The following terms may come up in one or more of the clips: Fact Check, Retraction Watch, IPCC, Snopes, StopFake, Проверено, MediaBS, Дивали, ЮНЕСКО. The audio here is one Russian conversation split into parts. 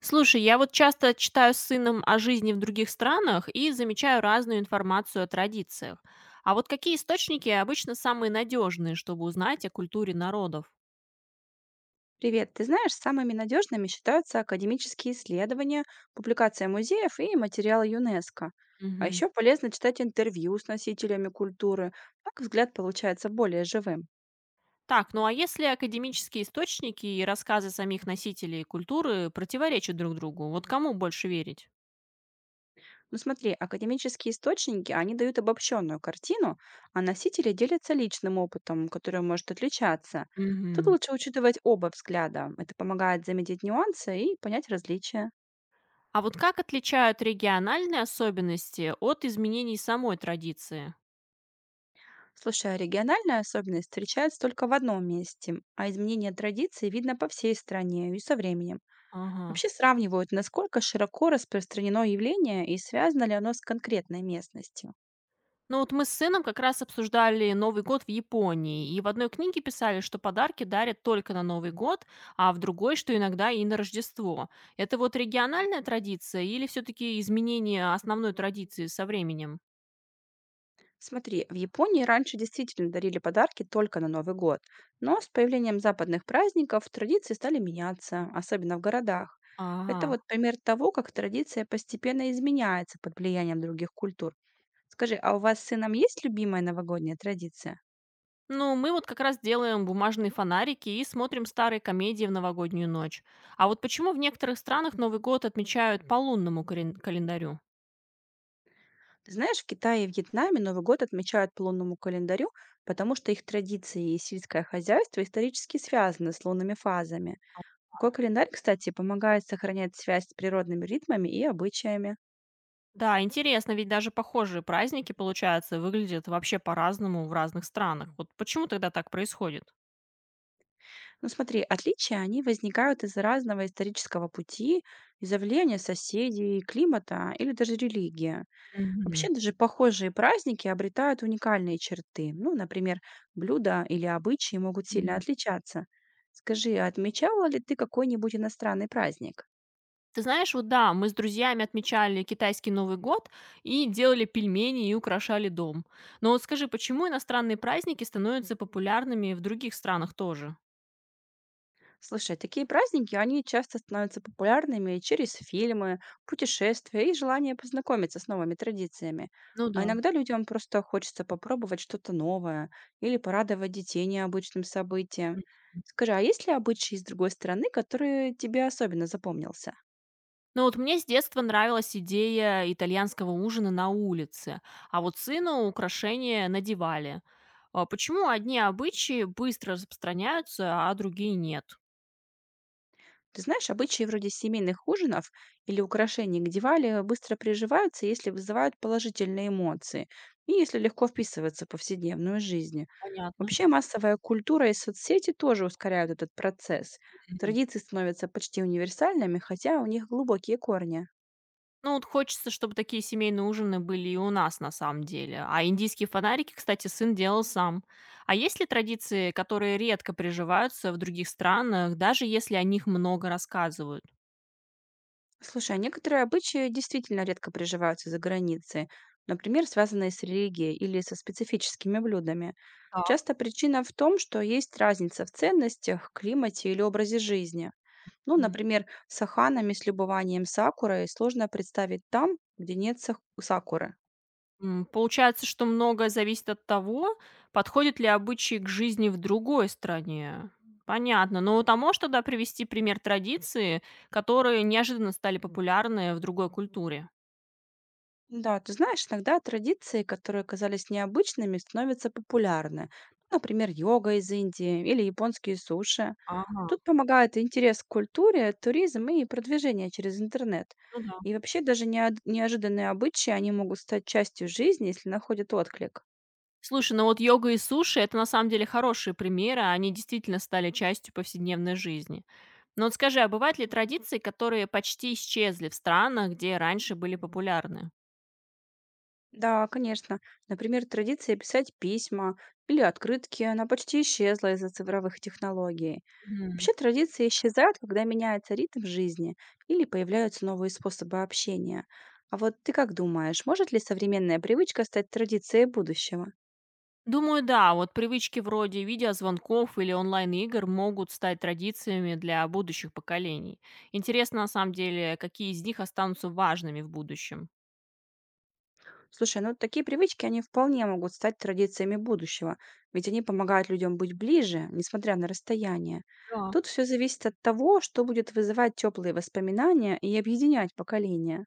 Слушай, я вот часто читаю с сыном о жизни в других странах и замечаю разную информацию о традициях. А вот какие источники обычно самые надежные, чтобы узнать о культуре народов? Привет. Ты знаешь, самыми надежными считаются академические исследования, публикация музеев и материалы ЮНЕСКО. А Мгм. еще полезно читать интервью с носителями культуры. Так взгляд получается более живым. Так, ну а если академические источники и рассказы самих носителей культуры противоречат друг другу, вот кому больше верить? Ну смотри, академические источники, они дают обобщенную картину, а носители делятся личным опытом, который может отличаться. Тут Мгм. лучше учитывать оба взгляда. Это помогает заметить нюансы и понять различия. А вот как отличают региональные особенности от изменений самой традиции? Слушай, а региональная особенность встречается только в одном месте, а изменение традиций видно по всей стране и со временем. Ага. Вообще сравнивают, насколько широко распространено явление и связано ли оно с конкретной местностью. Ну вот мы с сыном как раз обсуждали Новый год в Японии, и в одной книге писали, что подарки дарят только на Новый год, а в другой, что иногда и на Рождество. Это вот региональная традиция или все-таки изменение основной традиции со временем? Смотри, в Японии раньше действительно дарили подарки только на Новый год, но с появлением западных праздников традиции стали меняться, особенно в городах. Это Ага. вот пример того, как традиция постепенно изменяется под влиянием других культур. Скажи, а у вас с сыном есть любимая новогодняя традиция? Ну, мы вот как раз делаем бумажные фонарики и смотрим старые комедии в новогоднюю ночь. А вот почему в некоторых странах Новый год отмечают по лунному календарю? Ты знаешь, в Китае и Вьетнаме Новый год отмечают по лунному календарю, потому что их традиции и сельское хозяйство исторически связаны с лунными фазами. Такой календарь, кстати, помогает сохранять связь с природными ритмами и обычаями. Да, интересно, ведь даже похожие праздники, получается, выглядят вообще по-разному в разных странах. Вот почему тогда так происходит? Но смотри, отличия, они возникают из-за разного исторического пути, из-за влияния соседей, климата или даже религии. Мгм. Вообще даже похожие праздники обретают уникальные черты. Ну, например, блюда или обычаи могут сильно Мгм. отличаться. Скажи, а отмечала ли ты какой-нибудь иностранный праздник? Ты знаешь, вот да, мы с друзьями отмечали китайский Новый год и делали пельмени и украшали дом. Но вот скажи, почему иностранные праздники становятся популярными в других странах тоже? Слушай, такие праздники, они часто становятся популярными через фильмы, путешествия и желание познакомиться с новыми традициями. Ну А да. иногда людям просто хочется попробовать что-то новое или порадовать детей необычным событием. Скажи, а есть ли обычаи из другой страны, которые тебе особенно запомнился? Ну вот мне с детства нравилась идея итальянского ужина на улице, а вот сыну украшения надевали. А почему одни обычаи быстро распространяются, а другие нет? Ты знаешь, обычаи вроде семейных ужинов или украшений к Дивали быстро приживаются, если вызывают положительные эмоции и если легко вписываются в повседневную жизнь. Понятно. Вообще массовая культура и соцсети тоже ускоряют этот процесс. Мгм. Традиции становятся почти универсальными, хотя у них глубокие корни. Ну вот хочется, чтобы такие семейные ужины были и у нас на самом деле. А индийские фонарики, кстати, сын делал сам. А есть ли традиции, которые редко приживаются в других странах, даже если о них много рассказывают? Слушай, а некоторые обычаи действительно редко приживаются за границей, например, связанные с религией или со специфическими блюдами. Так. Часто причина в том, что есть разница в ценностях, климате или образе жизни. Ну, например, с аханами с любованием сакурой сложно представить там, где нет сакуры. М, получается, что многое зависит от того, подходят ли обычаи к жизни в другой стране. Понятно. Но там можешь тогда привести пример традиции, которые неожиданно стали популярны в другой культуре? Да, ты знаешь, иногда традиции, которые казались необычными, становятся популярны. Например, йога из Индии или японские суши. Ага, Тут помогает интерес к культуре, туризм и продвижение через интернет. ну да. И вообще даже неожиданные обычаи, они могут стать частью жизни, если находят отклик. Слушай, ну вот йога и суши — это на самом деле хорошие примеры, а они действительно стали частью повседневной жизни. Но вот скажи, а бывают ли традиции, которые почти исчезли в странах, где раньше были популярны? Да, конечно. Например, традиция писать письма или открытки, она почти исчезла из-за цифровых технологий. Вообще традиции исчезают, когда меняется ритм жизни или появляются новые способы общения. А вот ты как думаешь, может ли современная привычка стать традицией будущего? Думаю, да, вот привычки вроде видеозвонков или онлайн-игр могут стать традициями для будущих поколений. Интересно, на самом деле, какие из них останутся важными в будущем. Слушай, ну такие привычки, они вполне могут стать традициями будущего, ведь они помогают людям быть ближе, несмотря на расстояние. Да. Тут все зависит от того, что будет вызывать теплые воспоминания и объединять поколения.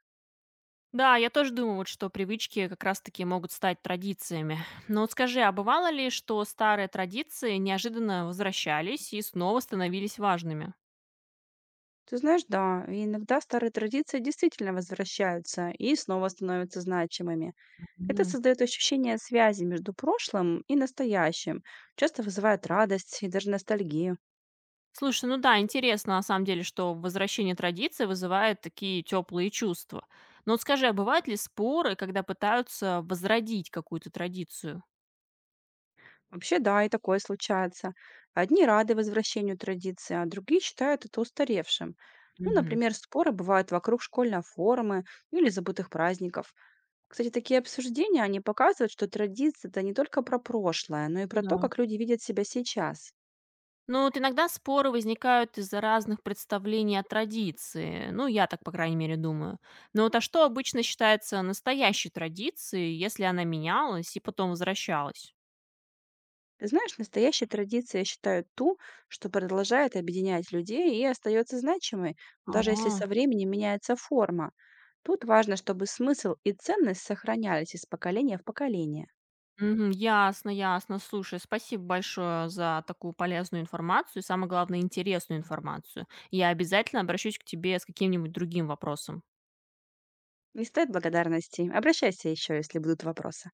Да, я тоже думаю, вот, что привычки как раз-таки могут стать традициями. Но вот скажи, а бывало ли, что старые традиции неожиданно возвращались и снова становились важными? Ты знаешь, да, и иногда старые традиции действительно возвращаются и снова становятся значимыми. Это Мгм. создает ощущение связи между прошлым и настоящим, часто вызывает радость и даже ностальгию. Слушай, ну да, интересно на самом деле, что возвращение традиции вызывает такие теплые чувства. Но вот скажи, а бывают ли споры, когда пытаются возродить какую-то традицию? Вообще, да, и такое случается. Одни рады возвращению традиции, а другие считают это устаревшим. Ну, Мгм. например, споры бывают вокруг школьной формы или забытых праздников. Кстати, такие обсуждения, они показывают, что традиция – это не только про прошлое, но и Ну про да. то, как люди видят себя сейчас. Ну вот иногда споры возникают из-за разных представлений о традиции. Ну, я так, по крайней мере, думаю. Но вот а что обычно считается настоящей традицией, если она менялась и потом возвращалась? Ты знаешь, настоящей традицией я считаю ту, что продолжает объединять людей и остается значимой, даже если А. со временем меняется форма. Тут важно, чтобы смысл и ценность сохранялись из поколения в поколение. Мгм. Ясно, ясно. Слушай, спасибо большое за такую полезную информацию и, самое главное, интересную информацию. Я обязательно обращусь к тебе с каким-нибудь другим вопросом. Не стоит благодарности. Обращайся еще, если будут вопросы.